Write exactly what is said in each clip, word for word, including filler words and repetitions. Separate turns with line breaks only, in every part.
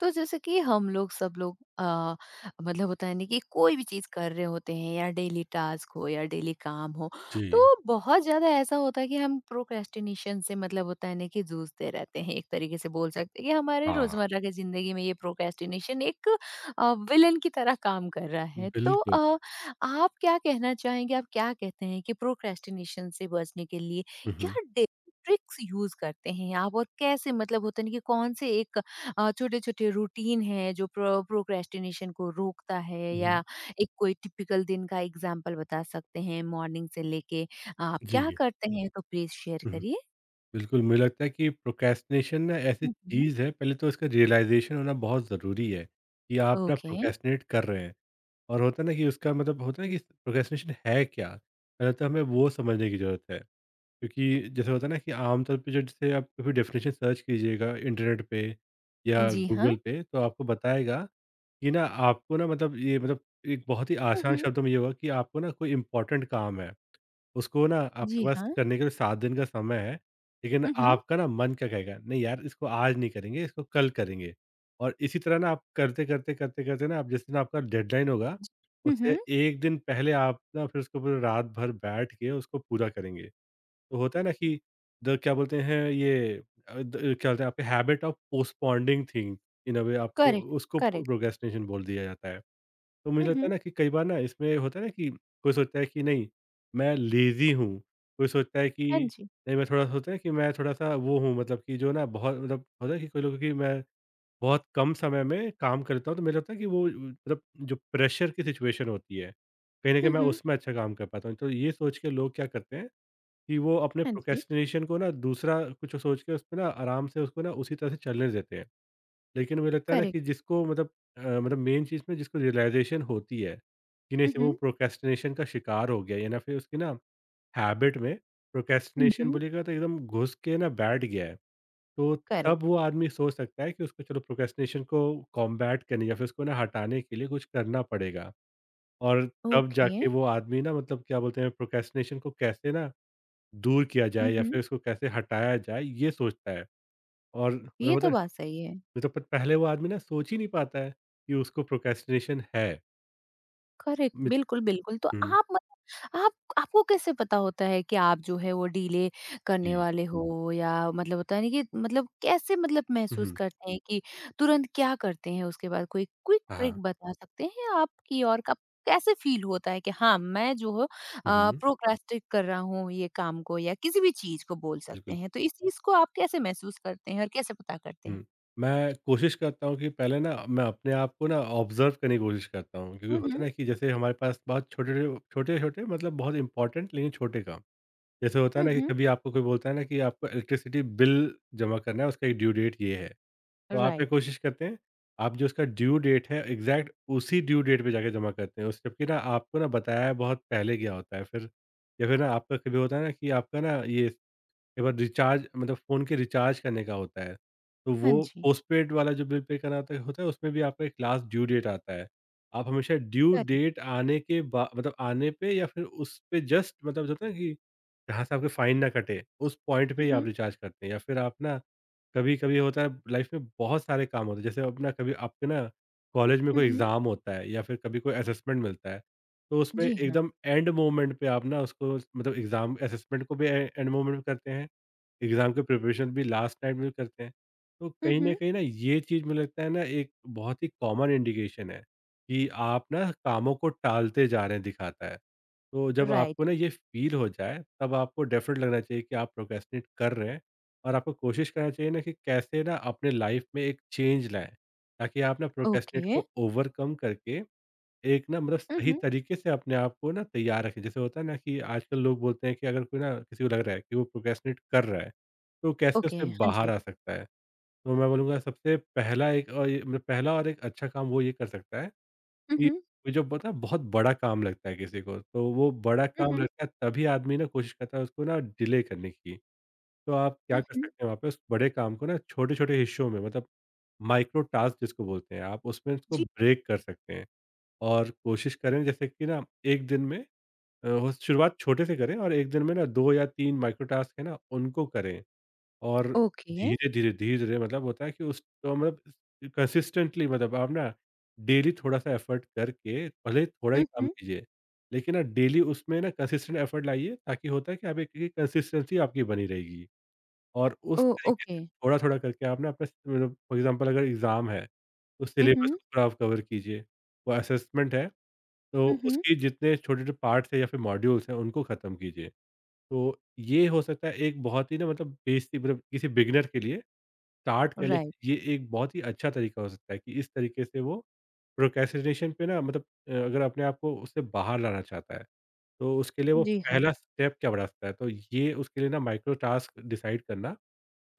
तो जैसे कि हम लोग सब लोग आ, मतलब होता है ना कि कोई भी चीज़ कर रहे होते हैं या डेली टास्क हो या डेली काम हो तो
जी।
बहुत ज़्यादा ऐसा होता है कि हम प्रोक्रेस्टिनेशन से मतलब होता है ना कि जूझते रहते हैं। एक तरीके से बोल सकते हैं कि हमारे
हाँ।
रोज़मर्रा की ज़िंदगी में ये प्रोक्रेस्टिनेशन एक विलन की तरह काम कर रहा है, तो
बिल्कुल।
आ, आप क्या कहना चाहेंगे, आप क्या कहते हैं कि प्रोक्रेस्टिनेशन से बचने के लिए
हुँ,
क्या
हुँ।
ट्रिक्स यूज करते हैं आप? और कैसे मतलब होता है ना कि कौन से एक अ, छोटे-छोटे रूटीन है जो प्रो प्रोक्रेस्टिनेशन को रोकता है,
हुँ,
या एक कोई टिपिकल दिन का एग्ज़ाम्पल बता सकते हैं मॉर्निंग से लेके आप क्या
जी।
करते हैं? तो प्लीज़ शेयर
हुँ, हुँ।
करिए।
बिल्कुल, मुझे लगता है कि प्रोक्रेस्टिनेशन ना ऐसी
हुँ, हुँ।
चीज़ है, पहले तो इसका रियलाइज़ेशन होना बहुत ज़रूरी है, कि आप ना
ओके,
प्रोक्रेस्टिनेट कर रहे हैं। और होता है ना कि उसका मतलब होता है ना कि प्रोक्रेस्टिनेशन है क्या? पहले तो हमें वो समझने की ज़रूरत है। क्योंकि जैसे होता है ना कि आमतौर पे जो जैसे आप कभी डेफ़िनेशन सर्च कीजिएगा इंटरनेट पे या
जी हाँ।
गूगल पे, तो आपको बताएगा ये ना, आपको ना मतलब ये मतलब एक बहुत ही
हुँ,
आसान
हुँ।
शब्दों में ये होगा कि आपको ना कोई इम्पोर्टेंट काम है, उसको ना आपके
जी
पास
हाँ।
करने के लिए सात दिन का समय है, लेकिन
हुँ, हुँ।
आपका ना मन क्या कहेगा, नहीं यार इसको आज नहीं करेंगे, इसको कल करेंगे। और इसी तरह ना आप करते, करते, करते, करते ना, आप जिस दिन आपका डेडलाइन होगा,
हुँ,
उससे
हुँ।
एक दिन पहले आप ना फिर उसके ऊपर रात भर बैठ के उसको पूरा करेंगे। तो होता है ना कि द क्या बोलते हैं ये अ, द क्या बोलते हैं आपके habit of postponing thing in a way आपको
करेक्ट,
उसको
करेक्ट।
प्रोक्रेस्टिनेशन बोल दिया जाता है। तो मुझे
हुँ,
लगता है
हुँ।
ना कि कई बार ना इसमें होता है ना कि कोई सोचता है कि नहीं मैं लेज़ी हूँ, कोई सोचता है कि
हाँ जी।
नहीं मैं थोड़ा सोचता है कि मैं थोड़ा-सा वो हूँ, मतलब कि जो ना बहुत मतलब होता है कि कोई लोगों की मैं बहुत कम समय में काम करता हूँ, तो मुझे लगता है कि वो मतलब जो प्रेशर की सिचुएशन होती है, कहीं न कहीं
हुँ,
मैं
हुँ।
उसमें अच्छा काम कर पाता हूँ। तो ये सोच के लोग क्या करते हैं कि वो अपने
हाँ जी।
प्रोक्रेस्टिनेशन को ना दूसरा कुछ सोच के उसमें ना आराम से उसको ना उसी तरह से चलने देते हैं। लेकिन मुझे लगता है ना
करेक्ट।
कि जिसको मतलब अ, मतलब मेन चीज़ में जिसको रियलाइज़ेशन होती है, कि
हुँ,
नहीं वो
हुँ।
प्रोक्रेस्टिनेशन का शिकार हो गया है या ना फिर उसकी ना हैबिट में
हुँ। हुँ,
प्रोक्रेस्टिनेशन
हुँ।
बोलिएगा तो एकदम घुस के ना बैठ गया है। तो तब वो
करेक्ट।
आदमी सोच सकता है कि उसको चलो प्रोक्रेस्टिनेशन को कॉम्बैट करने या फिर उसको ना हटाने के लिए कुछ करना पड़ेगा। और तब
ओके।
जाके वो आदमी ना मतलब क्या बोलते हैं प्रोक्रेस्टिनेशन को कैसे ना दूर किया
हुँ,
जाए या
हुँ।
फिर उसको कैसे हटाया जाए, ये सोचता है और मतलब
ये
होता
तो
है,
बात सही है।
नहीं तो प- पहले वो आदमी ना सोच ही नहीं पाता है कि उसको प्रोक्रेस्टिनेशन है।
करेक्ट,
मित-
बिल्कुल, बिल्कुल। तो
हम्म,
आप मतलब आप आपको कैसे पता होता है कि आप जो है वो डिले करने
जी।
वाले हो, या मतलब होता है ना कि मतलब कैसे मतलब महसूस
हम्म।
करते हैं कि तुरंत क्या करते हैं उसके बाद? कोई क्विक
हाँ, हाँ।
ट्रिक बता सकते हैं आप, कि और कब कैसे फ़ील होता है कि हाँ, मैं जो हूँ अ,
हम्म।
प्रोक्रास्टिनेट कर रहा हूँ ये काम को या किसी भी चीज़ को बोल सकते
बिल्कुल।
हैं। तो इस चीज़ को आप कैसे महसूस करते हैं और कैसे पता करते हैं?
हम्म, मैं कोशिश करता हूँ कि पहले ना मैं अपने आप को ना ऑब्जर्व करने की कोशिश करता हूँ, क्योंकि
हुँ,
होता है
हुँ।
ना कि जैसे हमारे पास बहुत छोटे छोटे छोटे छोटे मतलब बहुत इंपॉर्टेंट लेकिन छोटे काम, जैसे होता है
हुँ,
ना कि
हुँ।
कभी आपको कोई बोलता है ना कि आपको इलेक्ट्रिसिटी बिल जमा करना है, उसका एक ड्यू डेट ये है, तो आप ये
राइट।
कोशिश करते हैं, आप जो उसका ड्यू डेट है, एग्ज़ैक्ट उसी ड्यू डेट पे जाके जमा करते हैं। उस, जबकि ना आपको ना बताया बहुत पहले गया होता है। फिर, या फिर ना आपका कभी होता है ना कि आपका ना ये एक बार रिचार्ज मतलब फ़ोन के रिचार्ज करने का होता है, तो
हाँ
वो
जी,
पोस्टपेड वाला जो बिल पे करना होता है होता है, उसमें भी आपका एक लास्ट ड्यू डेट आता है। आप हमेशा ड्यू
करेक्ट।
डेट आने के बा मतलब आने पे, या फिर उस पे जस्ट मतलब जो होता है ना कि जहाँ से आपके फाइन ना कटे, उस पॉइंट पे
हुँ,
ही आप
हुँ।
रिचार्ज करते हैं, या फिर आप ना कभी-कभी होता है लाइफ में बहुत सारे काम होते हैं, जैसे अपना कभी आपके ना कॉलेज में
हुँ,
कोई
हुँ।
एग्ज़ाम होता है या फिर कभी कोई असेसमेंट मिलता है, तो उसमें
जी हाँ।
एकदम एंड मोमेंट पे आप ना उसको मतलब एग्ज़ाम असेसमेंट को भी ए एंड मोमेंट में करते हैं, एग्ज़ाम की प्रिपरेशन भी लास्ट टाइम में करते हैं। तो
हुँ,
कहीं न
हुँ।
कहीं ना ये चीज़ मुझे लगता है ना एक बहुत ही कॉमन इंडिकेशन है कि आप ना कामों को टालते जा रहे हैं, दिखाता है। तो जब आपको
राइट,
ना ये फ़ील हो जाए, तब आपको डेफ़िनेट लगना चाहिए कि आप प्रोक्रेस्टिनेट कर रहे हैं। और आपको कोशिश करना चाहिए ना कि कैसे ना अपने लाइफ में एक चेंज लाएँ, ताकि आप ना प्रोक्रेस्टिनेट
ओके।
को ओवरकम करके एक ना मतलब
हुँ,
सही
हुँ।
तरीके से अपने आप को ना तैयार रखें। जैसे होता है ना कि आजकल लोग बोलते हैं कि अगर कोई ना किसी को लग रहा है कि वो प्रोक्रेस्टिनेट कर रहा है, तो कैसे
ओके,
उससे
हाँ
बाहर
जी।
आ सकता है? तो मैं बोलूँगा सबसे पहला एक और ये मतलब पहला और एक अच्छा काम वो ये कर सकता है
हुँ,
कि
हुँ।
ये जो पता है बहुत बड़ा काम लगता है किसी को, तो वो बड़ा
हुँ,
काम
हुँ।
लगता है तभी आदमी ना कोशिश करता है उसको ना डिले करने की। तो आप क्या
हुँ,
कर
हुँ।
सकते हैं वहाँ पे उस बड़े काम को ना छोटे-छोटे हिस्सों में, मतलब माइक्रो टास्क जिसको बोलते हैं, आप उसमें उसको
जी,
ब्रेक कर सकते हैं। और कोशिश करें जैसे कि ना एक दिन में, अ, हो शुरुआत छोटे से करें, और एक दिन में ना दो या तीन माइक्रो टास्क है ना, उनको करें। और
ओके।
धीरे-धीरे, धीरे-धीरे, मतलब होता है कि उस तो मतलब कंसिस्टेंटली मतलब आप ना डेली थोड़ा-सा एफर्ट करके भले ही थोड़ा ही
हुँ,
काम
हुँ।
कीजिए। लेकिन ना डेली उसमें ना कंसिस्टेंट एफर्ट लाइए, ताकि होता है कि आप एक एक कंसिस्टेंसी आपकी बनी रहेगी। और
ओ
उस तरीके
ओके।
से थोड़ा-थोड़ा करके आप ना अपना मतलब फॉर एग्ज़ाम्पल, अगर एग्ज़ाम है, तो
हुँ,
सिलेबस
हुँ।
को पूरा आप कवर कीजिए। वो असेसमेंट है, तो
हुँ, हुँ।
उसके जितने छोटे-छोटे पार्ट्स हैं या फिर मॉड्यूल्स हैं, उनको ख़त्म कीजिए। तो ये हो सकता है एक बहुत ही ना मतलब बेसिक मतलब किसी बिगिनर के लिए स्टार्ट करने
राइट,
के लिए ये एक बहुत ही अच्छा तरीका हो सकता है कि इस तरीके से वो प्रोक्रेस्टिनेशन पे ना मतलब अ, अगर अपने आप को उससे बाहर लाना चाहता है, तो उसके लिए वो
जी हाँ।
पहला स्टेप क्या बढ़ा सकता है? तो ये उसके लिए ना माइक्रो टास्क डिसाइड करना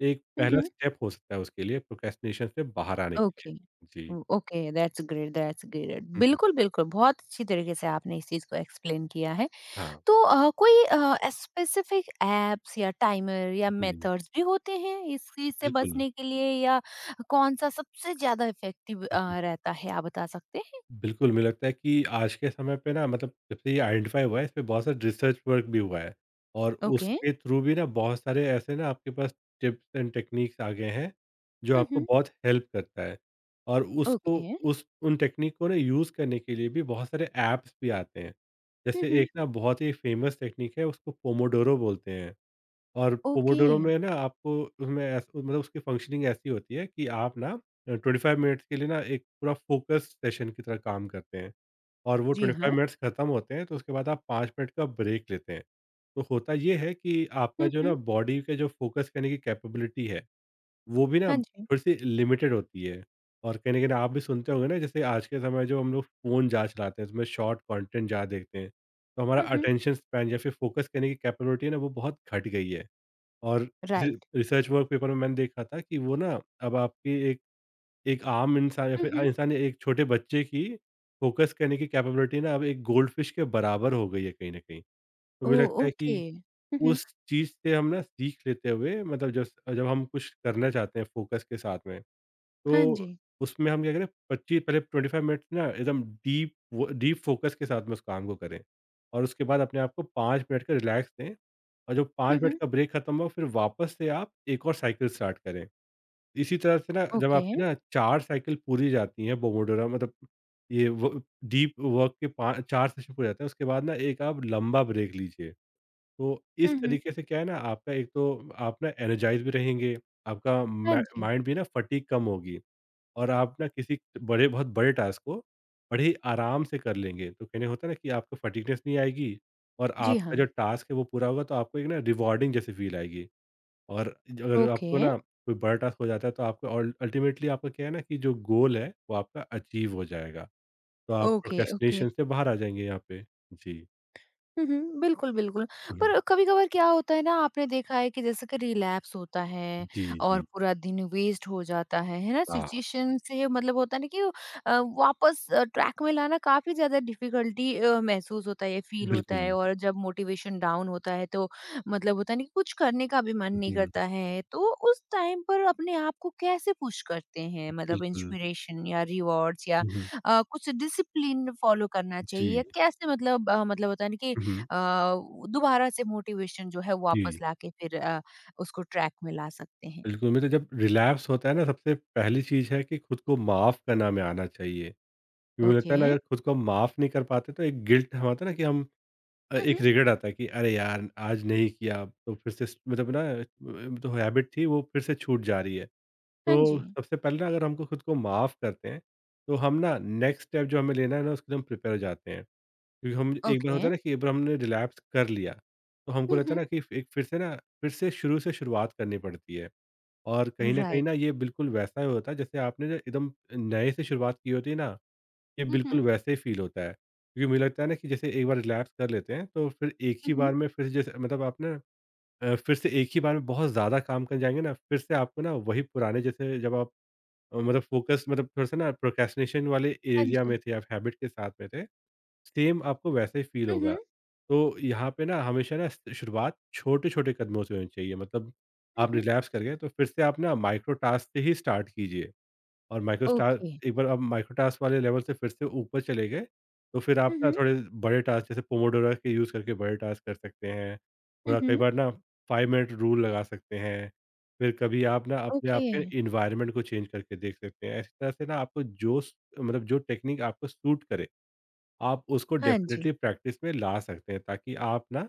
एक
हुँ,
पहला
हुँ।
स्टेप हो सकता है उसके लिए प्रोक्रेस्टिनेशन से बाहर आने के
ओके,
लिए। जी।
Oh okay, that's great, that's great.
हुँ, हुँ।
बिल्कुल, बिल्कुल, बहुत अच्छी तरीके से आपने इस चीज़ को एक्सप्लेन किया है।
हाँ।
तो अ, कोई अ, स्पेसिफिक ऐप्स या टाइमर या
जी,
मेथड्स भी होते हैं इस चीज़ से
बिल्कुल।
बचने के लिए, या कौन-सा सबसे ज़्यादा इफ़ेक्टिव
हम्म,
अ, रहता है, आप बता सकते
बिल्कुल, मुझे लगता है कि आज के समय पे ना मतलब जब से ये आइडेंटिफ़ाई हुआ है, इस पे बहुत सारा रिसर्च वर्क भी हुआ है, और
हैं? ओके।
उसके थ्रू भी ना बहुत सारे ऐसे ना आपके पास टिप्स एंड टेक्नीक्स आ गए हैं, जो
हुँ,
आपको
हुँ।
बहुत हेल्प करता है और उसको,
ओके।
उस उन टेक्नीक को ना यूज़ करने के लिए भी बहुत सारे ऐप्स भी आते हैं।
हुँ,
जैसे
हुँ।
एक ना बहुत ही फ़ेमस टेक्नीक है, उसको पोमोडोरो बोलते हैं। और
ओके।
पोमोडोरो में ना आपको उसमें ऐस मतलब उसकी फ़ंक्शनिंग ऐसी होती है कि आप ना अ, ट्वेंटी फ़ाइव मिनट्स के लिए ना एक पूरा फ़ोकस सेशन की तरह काम करते हैं, और वो
जी हाँ।
ट्वेंटी फ़ाइव मिनट्स खत्म होते हैं तो उसके बाद आप फ़ाइव मिनट का ब्रेक लेते हैं। तो होता ये है कि आपका
हुँ,
जो ना
हुँ।
बॉडी का जो फ़ोकस करने की कैपेबिलिटी है, वो भी ना
हाँ जी।
थोड़ी-सी लिमिटेड होती है। और कहीं न कहीं आप भी सुनते होंगे ना, जैसे आज के समय जो हम लोग फ़ोन ज़्यादा चलाते हैं, उसमें शॉर्ट कंटेंट ज़्यादा देखते हैं, तो हमारा
हुँ, हुँ।
अटेंशन स्पैन या फिर फ़ोकस करने की कैपेबिलिटी है ना, वो बहुत घट गई है। और किसी
राइट।
रिसर्च वर्क पेपर में मैंने देखा था कि वो ना अब आपकी एक एक आम इंसान या
हुँ,
फिर
हुँ।
इंसान या एक छोटे बच्चे की फ़ोकस करने की कैपेबिलिटी ना अब एक गोल्डफ़िश के बराबर हो गई है कहीं न कहीं। तो मुझे
ओह!
लगता है
ओके।
कि
हुँ, हुँ।
उस चीज़ से हम ना सीख लेते हुए, मतलब जब जब हम कुछ करना चाहते हैं फ़ोकस के साथ में,
हाँ
तो
जी।
उसमें हम क्या करें, पच्चीस पहले पच्चीस मिनट्स ना एकदम डीप, वो डीप फ़ोकस के साथ में उस काम को करें, और उसके बाद अपने आप को पाँच मिनट का रिलैक्स दें, और जब पाँच
हुँ,
मिनट
हुँ।
का ब्रेक खत्म हो फिर वापस से आप एक और साइकिल स्टार्ट करें। इसी तरह से ना जब
ओके।
आपकी ना चार साइकिल पूरी जाती हैं, पोमोडोरा मतलब ये व डीप वर्क के पा चार सेशन पूरे जाते हैं, उसके बाद ना एक आप लंबा ब्रेक लीजिए। तो
हुँ,
इस
हुँ।
तरीके से क्या है ना, आपका एक तो आप ना एनर्जाइज़ भी रहेंगे, आपका
हाँ
मै
जी।
माइंड भी ना फटीग कम होगी। और आप ना किसी बड़े बहुत बड़े टास्क को बड़े ही आराम से कर लेंगे। तो कहने होता है ना कि आपको फटीगनेस नहीं आएगी और
जी
आपका
हाँ।
जो टास्क है वो पूरा होगा, तो आपको एक ना रिवार्डिंग जैसी फ़ील आएगी। और ज अगर
ओके।
आपको ना कोई बड़ा टास्क हो जाता है तो आपको अल अल्टीमेटली आपका क्या है ना, कि जो गोल है वो आपका अचीव हो जाएगा। तो आप
ओके, ओके।
प्रोक्रेस्टिनेशन से बाहर आ जाएँगे यहाँ पे। जी।
हुँ, हुँ। बिल्कुल, बिल्कुल।
हुँ, हुँ।
पर कभी-कभार क्या होता है ना, आपने देखा है कि जैसे कि रिलैप्स होता है
जी,
और
जी।
पूरा दिन वेस्ट हो जाता है, है ना?
हाँ,
सिचुएशन से मतलब होता है ना कि अ, वापस अ, ट्रैक में लाना काफ़ी ज़्यादा डिफ़िकल्टी अ, महसूस होता है, फ़ील होता है,
बिल्कुल।
और जब मोटिवेशन डाउन होता है तो मतलब होता है ना कि कुछ करने का भी मन
हुँ,
नहीं
हुँ।
करता है। तो उस टाइम पर अपने आप को कैसे पुश करते हैं? मतलब
बिल्कुल।
इंस्पिरेशन या रिवॉर्ड्स या
हुँ, हुँ।
अ, कुछ डिसिप्लिन फॉलो करना
जी।
चाहिए? कैसे मतलब अ, मतलब होता है ना कि अ,
हुँ, हुँ।
दोबारा से मोटिवेशन जो है वापस
जी।
लाके फिर अ, उसको ट्रैक में ला सकते हैं।
बिल्कुल, मुझे जब रिलैप्स होता है ना सबसे पहली चीज़ है कि खुद को माफ़ करना हमें आना चाहिए। क्योंकि मुझे लगता
ओके।
है ना, अगर खुद को माफ़ नहीं कर पाते तो एक गिल्ट हम आता है ना कि हम अ,
हुँ,
एक
हुँ।
रिग्रेट आता है कि अरे यार! आज नहीं किया तो फिर से स मतलब ना, अ, जो हैबिट थी वो फिर से छूट जा रही है।
हाँ जी।
तो सबसे पहले ना अगर हमको खुद को माफ़ करते हैं, तो हम ना नेक्स्ट स्टेप जो हमें लेना है ना उसके लिए हम प्रिपेयर हो जाते हैं। क्योंकि हम एक बार
ओके।
होता है ना कि एक बार हमने रिलैप्स कर लिया, तो हमको
हुँ,
लगता है
हुँ।
ना कि एक फिर से ना फिर से शुरू से शुरुआत करनी पड़ती है। और कहीं न कहीं
राइट।
ना ये बिल्कुल वैसा ही होता है, जैसे आपने ना एकदम नए से शुरुआत की होती है ना, ये
हुँ,
बिल्कुल
हुँ।
वैसे ही फ़ील होता है। क्योंकि मुझे लगता है ना कि जैसे एक बार रिलैप्स कर लेते हैं तो फिर एक
हुँ,
ही
हुँ।
बार में फिर जैसे मतलब आप ना अ, फिर से एक ही बार में बहुत ज़्यादा काम कर जाएँगे ना, फिर से आपको ना वही पुराने जैसे जब आप अ, मतलब फ़ोकस मतलब थोड़ा-सा ना प्रोक्रेस्टिनेशन वाले
हाँ
एरिया
जी।
में थे, आप हैबिट के साथ में थे, सेम आपको वैसा ही फ़ील
हुँ,
होगा।
हुँ।
तो यहाँ पे ना हमेशा ना स शुरुआत छोटे-छोटे कदमों से होनी चाहिए, मतलब
हुँ,
आप
हुँ।
रिलैप्स कर गए तो फिर से आप ना माइक्रो टास्क से ही स्टार्ट कीजिए। और माइक्रो स्टार
ओके।
एक बार आप माइक्रो टास्क वाले लेवल से फिर से ऊपर चले गए, तो फिर आप
हुँ,
ना
हुँ।
थोड़े बड़े टास्क, जैसे पोमोडोरा के यूज़ करके बड़े टास्क कर सकते हैं।
हुँ,
थोड़ा कई
हुँ।
बार ना पाँच मिनट रूल लगा सकते हैं। फिर कभी आप ना अपने आप
ओके।
के एनवायरनमेंट को चेंज करके देख सकते हैं। इस तरह से ना आपको जो स मतलब जो टेक्नीक आपको सूट करे, आप उसको
हाँ जी।
डेफ़िनेटली प्रैक्टिस में ला सकते हैं, ताकि आप ना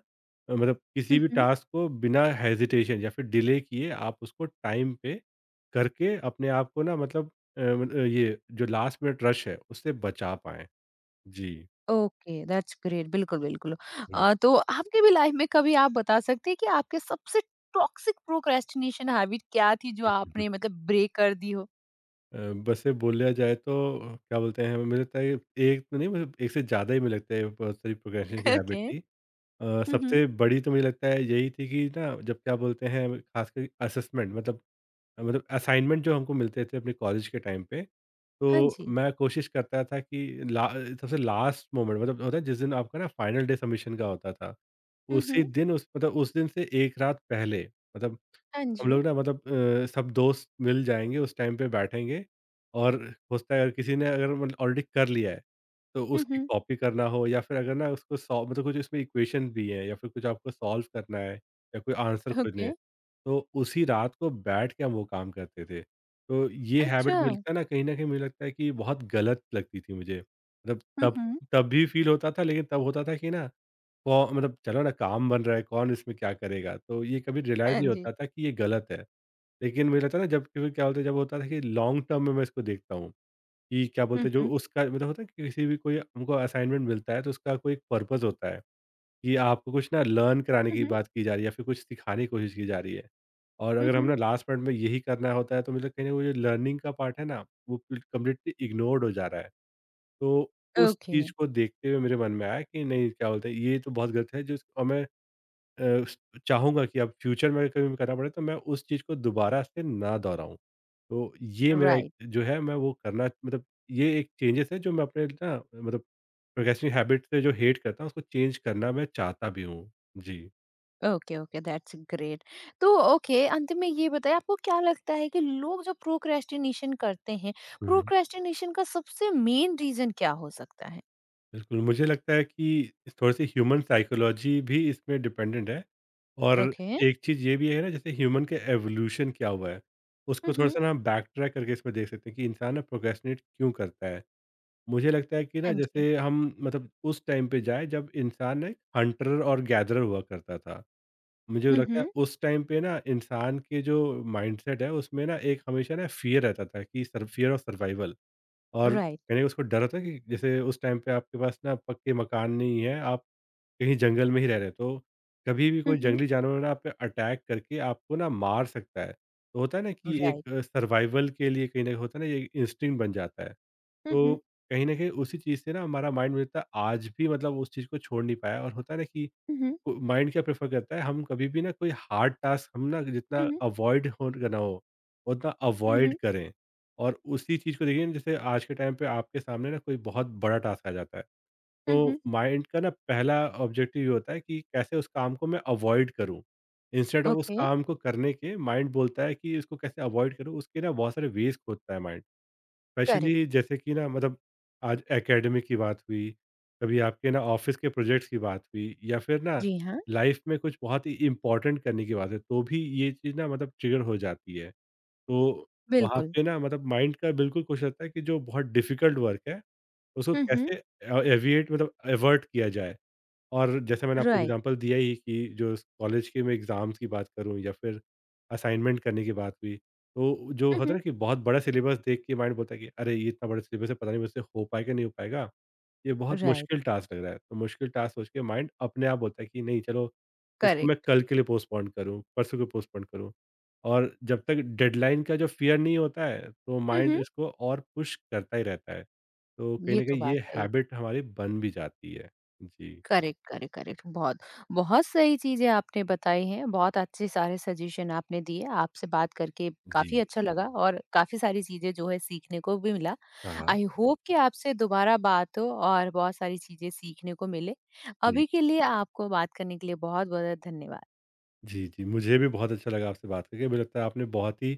अ, मतलब किसी
हुँ,
भी
हुँ।
टास्क को बिना हेज़िटेशन या फिर डिले किए आप उसको टाइम पे करके अपने आप को ना मतलब अ, मत अ, ये जो लास्ट मिनट रश है उससे बचा पाएँ। जी।
Okay, that's great. बिल्कुल, बिल्कुल।
हुँ।
अ, तो आपकी भी लाइफ में कभी आप बता सकते हैं कि आपके सबसे टॉक्सिक प्रोक्रेस्टिनेशन हैबिट क्या थी जो आपने मतलब ब्रेक कर दी हो?
अ, वैसे बोला जाए तो क्या बोलते हैं, मुझे लगता है एक तो नहीं, मतलब एक से ज़्यादा ही मुझे लगता है बहुत सारी प्रोक्रेस्टिनेशन की हैबिट
ओके।
थी। अ,
हुँ, हुँ।
सबसे बड़ी तो मुझे लगता है यही थी कि ना जब क्या बोलते हैं, खासकर असेसमेंट मतलब मतलब असाइनमेंट जो हमको मिलते थे अपने कॉलेज के टाइम पे,
हाँ
तो
जी।
मैं कोशिश करता था कि ला सबसे लास्ट मोमेंट, मतलब होता है जिस दिन आपका ना फाइनल डे सबमिशन का होता था,
हुँ,
उसी
हुँ।
दिन उस मतलब उस दिन से एक रात पहले, मतलब
हाँ
हम
जी।
लोग ना मतलब अ, सब दोस्त मिल जाएँगे उस टाइम पे बैठेंगे, और होता है अगर किसी ने अगर मतलब ऑलरेडी कर लिया है, तो
हुँ,
उसकी
हुँ।
कॉपी करना हो या फिर अगर ना उसको सॉल्व मतलब कुछ इसमें इक्वेशन भी है या फिर कुछ आपको सॉल्व करना है या कोई आंसर खोजने
ओके।
हैं। तो उसी रात को बैठ के हम वो काम करते थे। तो ये हैबिट
अच्छा!
मुझे लगता है ना, कहीं न कहीं मुझे लगता है कि बहुत गलत लगती थी मुझे। मतलब
हुँ,
तब
हुँ।
तब भी फ़ील होता था, लेकिन तब होता था कि ना कौ मतलब चलो ना काम बन रहा है, कौन इसमें क्या करेगा? तो ये कभी रियलाइज़
हाँ
नहीं
जी।
होता था कि ये गलत है। लेकिन मुझे लगता है ना, जब फिर क्या बोलते हैं जब होता था कि लॉन्ग टर्म में मैं इसको देखता हूँ, कि क्या
हुँ,
बोलते हैं जो
हुँ।
उसका मतलब होता है कि किसी भी कोई हमको असाइनमेंट मिलता है तो उसका कोई एक पर्पज़ होता है। कि आपको कुछ ना लर्न कराने
हुँ,
की
हुँ।
बात की जा रही है या फिर कुछ सिखाने की कोशिश की जा रही है। और
हुँ,
अगर हम
हुँ।
ना लास्ट मिनट में यही करना होता है तो मुझे कहीं न वो जो लर्निंग का पार्ट है ना, वो बिल कंप्लीटली इग्नोर्ड हो जा रहा है। तो उस
ओके,
चीज़ को देखते हुए मेरे मन में आया कि नहीं क्या बोलते हैं, ये तो बहुत गलत है जो, और मैं अ, चाहूँगा कि अब फ्यूचर में कभी भी करना पड़े तो मैं उस चीज़ को दोबारा से ना दोहराऊँ। तो ये मेरा एक
राइट।
जो है मैं वो करना मतलब, ये एक चेंजेस है जो मैं अपने ना मतलब प्रोक्रेस्टिनेटिंग हैबिट से जो हेट करता हूँ उसको चेंज करना मैं चाहता भी हूँ। जी।
Okay, okay, that's great. तो ओके, अंत में ये बताइए आपको क्या लगता है कि लोग जो प्रोक्रेस्टिनेशन करते हैं,
हुँ।
प्रोक्रेस्टिनेशन का सबसे मेन रीज़न क्या हो सकता है?
बिल्कुल, मुझे लगता है कि थोड़ी-सी ह्यूमन साइकोलॉजी भी इसमें डिपेंडेंट है, और
ओके।
एक चीज़ ये भी है ना, जैसे ह्यूमन के एवोल्यूशन क्या हुआ है, उसको
हुँ, हुँ।
थोड़ा-सा ना बैक ट्रैक करके इसमें देख सकते हैं कि इंसान ना प्रोक्रेस्टिनेट क्यों करता है। मुझे लगता है कि
हाँ
ना,
जी।
जैसे हम मतलब उस टाइम पे जाएँ जब इंसान ना एक हंटर और गैदरर हुआ करता था। मुझे
हुँ,
लगता है
हुँ।
उस टाइम पे ना इंसान के जो माइंडसेट है उसमें ना एक हमेशा ना फ़ियर रहता था कि सर फ़ियर ऑफ सर्वाइवल, और
राइट।
कहने का उसको डर होता है कि जैसे उस टाइम पे आपके पास ना पक्के मकान नहीं है, आप कहीं जंगल में ही रह रहे हैं, तो कभी भी
हुँ,
कोई
हुँ।
जंगली जानवर ना आप पे अटैक करके आपको ना मार सकता है, तो होता है ना कि एक
राइट।
सर्वाइवल के लिए कहीं ना कहीं होता है ना, ये इंस्टिंक्ट बन जाता है।
हुँ,
तो
हुँ।
कहीं ना कहीं उसी चीज़ से ना हमारा माइंड मुझे लगता है आज भी मतलब उस चीज़ को छोड़ नहीं पाया, और होता है ना कि
हुँ, हुँ।
माइंड क्या प्रेफर करता है, हम कभी भी ना कोई हार्ड टास्क हम ना
हुँ,
जितना
हुँ।
अवॉइड हो करना हो उतना
हुँ,
अवॉइड
हुँ।
करें। और उसी चीज़ को देखिए ना, जैसे आज के टाइम पे आपके सामने ना कोई बहुत बड़ा टास्क आ जाता है,
हुँ,
तो
हुँ।
माइंड का ना पहला ऑब्जेक्टिव ये होता है कि कैसे उस काम को मैं अवॉइड करूं। इंस्टेड ऑफ उस
ओके,
काम को करने के, माइंड बोलता है कि इसको कैसे अवॉइड करूं, उसके ना बहुत सारे वेज खोजता है माइंड।
करेक्ट।
स्पेशली जैसे कि ना, मतलब आज एकेडमी की बात हुई, कभी आपके ना ऑफ़िस के प्रोजेक्ट्स की बात हुई या फिर ना
जी हाँ,
लाइफ़ में कुछ बहुत ही इम्पोर्टेंट करने की बात है, तो भी ये चीज़ ना मतलब ट्रिगर हो जाती है। तो वहाँ
बिल्कुल।
पे ना मतलब माइंड का बिल्कुल कोशिश रहता है कि जो बहुत डिफ़िकल्ट वर्क है, उसको
हुँ, हुँ।
कैसे अ, एविएट मतलब एवर्ट किया जाए। और जैसे मैंने आपको
राइट।
एग्ज़ाम्पल दिया ही कि जो स कॉलेज के मैं एग्ज़ाम्स की बात करूँ या फिर असाइनमेंट करने की बात हुई, तो जो
हुँ,
होता है
हुँ।
ना कि बहुत बड़ा सिलेबस देख के माइंड बोलता है कि अरे! ये इतना बड़ा सिलेबस है, पता नहीं मुझसे हो पाएगा, नहीं हो पाएगा। ये बहुत
राइट,
मुश्किल टास्क लग रहा है। तो मुश्किल टास्क सोच के माइंड अपने आप बोलता है कि नहीं चलो, इसको मैं
करेक्ट।
कल के लिए पोस्टपोन करूँ, परसों को पोस्टपोन करूँ। और जब तक डेडलाइन का जो फ़ियर नहीं होता है, तो
हुँ,
माइंड
हुँ।
इसको और पुश करता ही रहता है। तो कहीं
ये
न
तो
कहीं
बात
ये
सही है।
हैबिट हमारी बन भी जाती है। जी।
Correct, correct, correct. बहुत, बहुत सही चीज़ें आपने बताई हैं, बहुत अच्छे सारे सजेशन आपने दिए। आपसे बात करके काफ़ी
जी।
अच्छा लगा और काफ़ी सारी चीज़ें जो है सीखने को भी मिला।
हाँ, हाँ।
आई होप कि आपसे दोबारा बात हो और बहुत सारी चीज़ें सीखने को मिले।
जी,
अभी के लिए आपको बात करने के लिए बहुत-बहुत धन्यवाद।
जी, जी। मुझे भी बहुत अच्छा लगा आपसे बात करके। मुझे लगता है आपने बहुत ही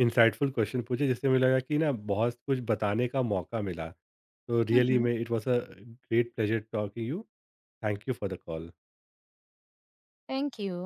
इंसाइटफुल क्वेश्चन पूछे जिससे मुझे लगा कि ना बहुत कुछ बताने का मौका मिला। तो
हुँ,
रियली
हुँ।
में it was a great pleasure talking you. Thank you for the call.
Thank you.